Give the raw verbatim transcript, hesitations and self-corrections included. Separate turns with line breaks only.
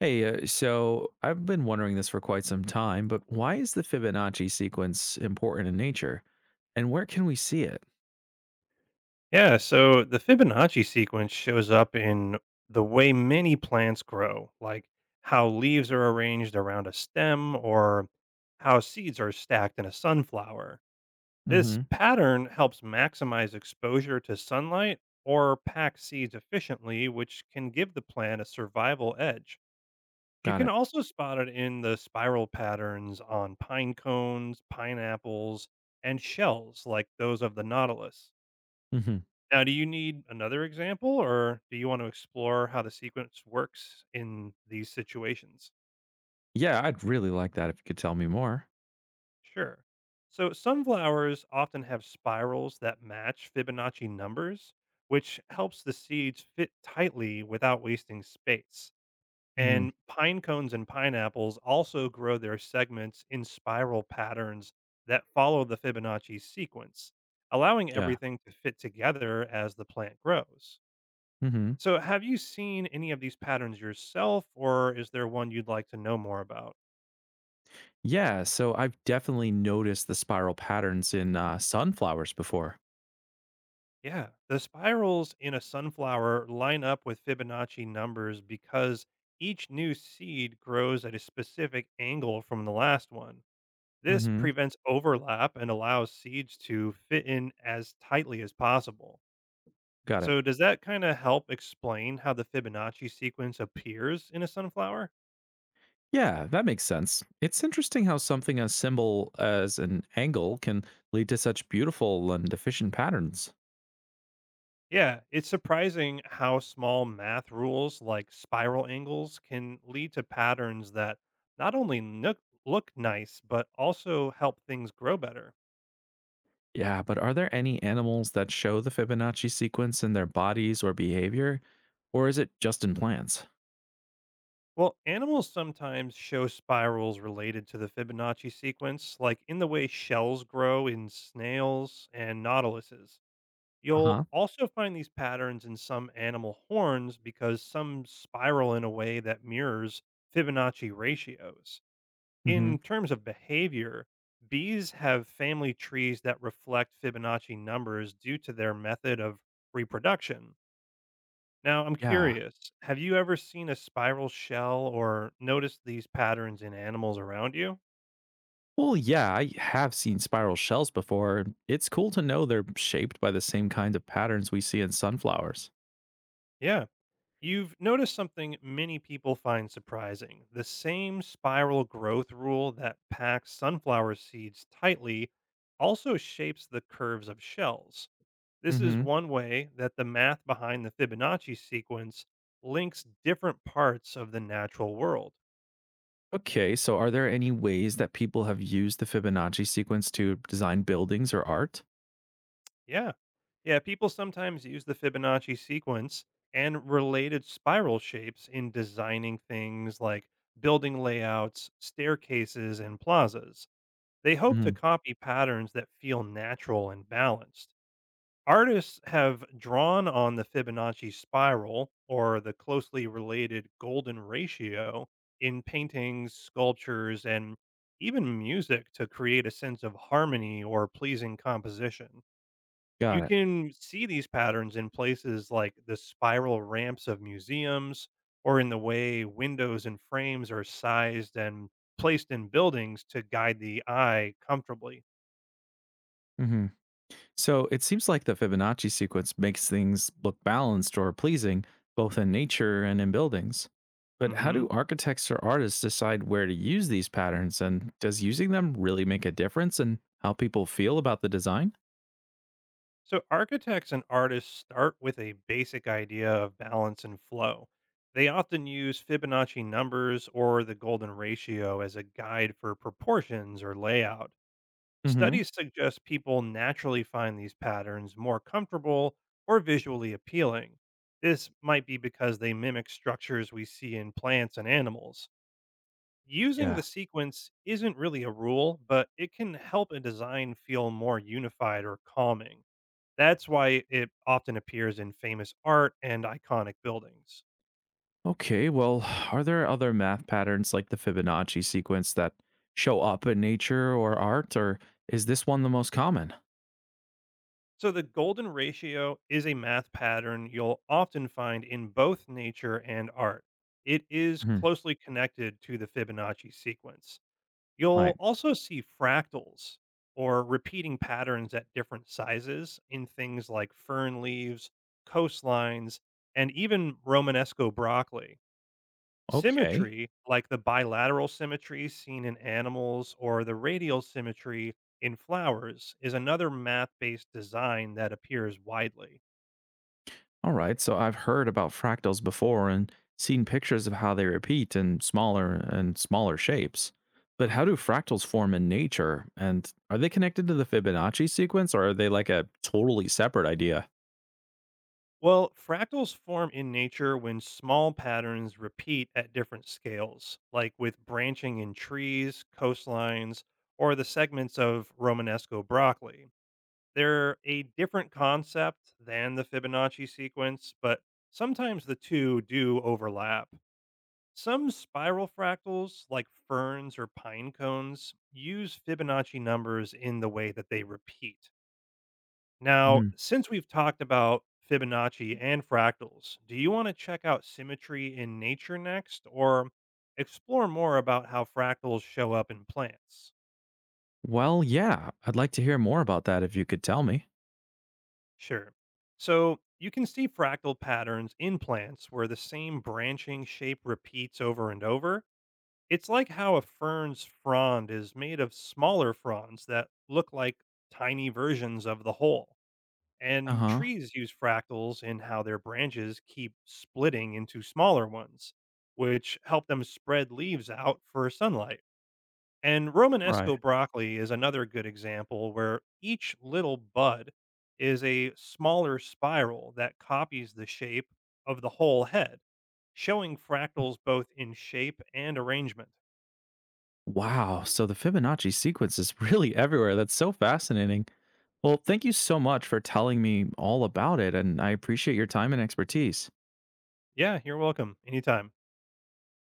Hey, uh, so I've been wondering this for quite some time, but why is the Fibonacci sequence important in nature? And where can we see it?
Yeah, so the Fibonacci sequence shows up in the way many plants grow, like how leaves are arranged around a stem or how seeds are stacked in a sunflower. This
Hmm.
pattern helps maximize exposure to sunlight or pack seeds efficiently, which can give the plant a survival edge. You
Got
can
it.
also spot it in the spiral patterns on pine cones, pineapples, and shells like those of the nautilus.
Hmm.
Now, do you need another example, or do you want to explore how the sequence works in these situations?
Yeah, I'd really like that if you could tell me more.
Sure. So, sunflowers often have spirals that match Fibonacci numbers, which helps the seeds fit tightly without wasting space.
Hmm.
And pine cones and pineapples also grow their segments in spiral patterns that follow the Fibonacci sequence, allowing
Yeah.
everything to fit together as the plant grows.
Hmm.
So, have you seen any of these patterns yourself, or is there one you'd like to know more about?
Yeah, so I've definitely noticed the spiral patterns in uh, sunflowers before.
Yeah, the spirals in a sunflower line up with Fibonacci numbers because each new seed grows at a specific angle from the last one. This
Hmm.
prevents overlap and allows seeds to fit in as tightly as possible.
Got it.
So, does that kind of help explain how the Fibonacci sequence appears in a sunflower?
Yeah, that makes sense. It's interesting how something as simple as an angle can lead to such beautiful and efficient patterns.
Yeah, it's surprising how small math rules like spiral angles can lead to patterns that not only nook- look nice, but also help things grow better.
Yeah, but are there any animals that show the Fibonacci sequence in their bodies or behavior? Or is it just in plants?
Well, animals sometimes show spirals related to the Fibonacci sequence, like in the way shells grow in snails and nautiluses.
Uh
You'll
huh.
also find these patterns in some animal horns because some spiral in a way that mirrors Fibonacci ratios.
Hmm.
In terms of behavior, bees have family trees that reflect Fibonacci numbers due to their method of reproduction. Now, I'm
Yeah.
curious, have you ever seen a spiral shell or noticed these patterns in animals around you?
Well, yeah, I have seen spiral shells before. And It's cool to know they're shaped by the same kinds of patterns we see in sunflowers.
Yeah, you've noticed something many people find surprising: the same spiral growth rule that packs sunflower seeds tightly also shapes the curves of shells. This is
Hmm.
one way that the math behind the Fibonacci sequence links different parts of the natural world.
Okay, so are there any ways that people have used the Fibonacci sequence to design buildings or art?
Yeah. Yeah, people sometimes use the Fibonacci sequence and related spiral shapes in designing things like building layouts, staircases, and plazas. They hope to
Hmm.
copy patterns that feel natural and balanced. Artists have drawn on the Fibonacci spiral or the closely related golden ratio in paintings, sculptures, and even music to create a sense of harmony or pleasing composition.
Got
You
it.
can see these patterns in places like the spiral ramps of museums or in the way windows and frames are sized and placed in buildings to guide the eye comfortably.
Hmm. So it seems like the Fibonacci sequence makes things look balanced or pleasing, both in nature and in buildings. But how do
Mhm.
architects or artists decide where to use these patterns? And does using them really make a difference in how people feel about the design?
So, architects and artists start with a basic idea of balance and flow. They often use Fibonacci numbers or the golden ratio as a guide for proportions or layout.
Hmm.
Studies suggest people naturally find these patterns more comfortable or visually appealing. This might be because they mimic structures we see in plants and animals. Using the
Yeah.
sequence isn't really a rule, but it can help a design feel more unified or calming. That's why it often appears in famous art and iconic buildings.
Okay, well, are there other math patterns like the Fibonacci sequence that show up in nature or art, or is this one the most common?
So, the golden ratio is a math pattern you'll often find in both nature and art. It is
Mhm.
closely connected to the Fibonacci sequence. You'll
Right.
also see fractals or repeating patterns at different sizes in things like fern leaves, coastlines, and even Romanesco broccoli.
Okay.
Symmetry, like the bilateral symmetry seen in animals or the radial symmetry in flowers, is another math based design that appears widely.
All right. So I've heard about fractals before and seen pictures of how they repeat in smaller and smaller shapes. But how do
hmm
fractals form in nature? And are they connected to the Fibonacci sequence, or are they like a totally separate idea?
Well, fractals form in nature when small patterns repeat at different scales, like with branching in trees, coastlines, or the segments of Romanesco broccoli. They're a different concept than the Fibonacci sequence, but sometimes the two do overlap. Some spiral fractals, like ferns or pine cones, use Fibonacci numbers in the way that they repeat. Now,
Mhm.
since we've talked about Fibonacci and fractals, do you want to check out symmetry in nature next or explore more about how fractals show up in plants?
Well, yeah. I'd like to hear more about that if you could tell me.
Sure. So, you can see fractal patterns in plants where the same branching shape repeats over and over. It's like how a fern's frond is made of smaller fronds that look like tiny versions of the whole.
Uh
And
huh.
trees use fractals in how their branches keep splitting into smaller ones, which help them spread leaves out for sunlight. And
Right.
Romanesco broccoli is another good example where each little bud is a smaller spiral that copies the shape of the whole head, showing fractals both in shape and arrangement.
Wow. So the Fibonacci sequence is really everywhere. That's so fascinating. Well, thank you so much for telling me all about it, and I appreciate your time and expertise.
Yeah, you're welcome. Anytime.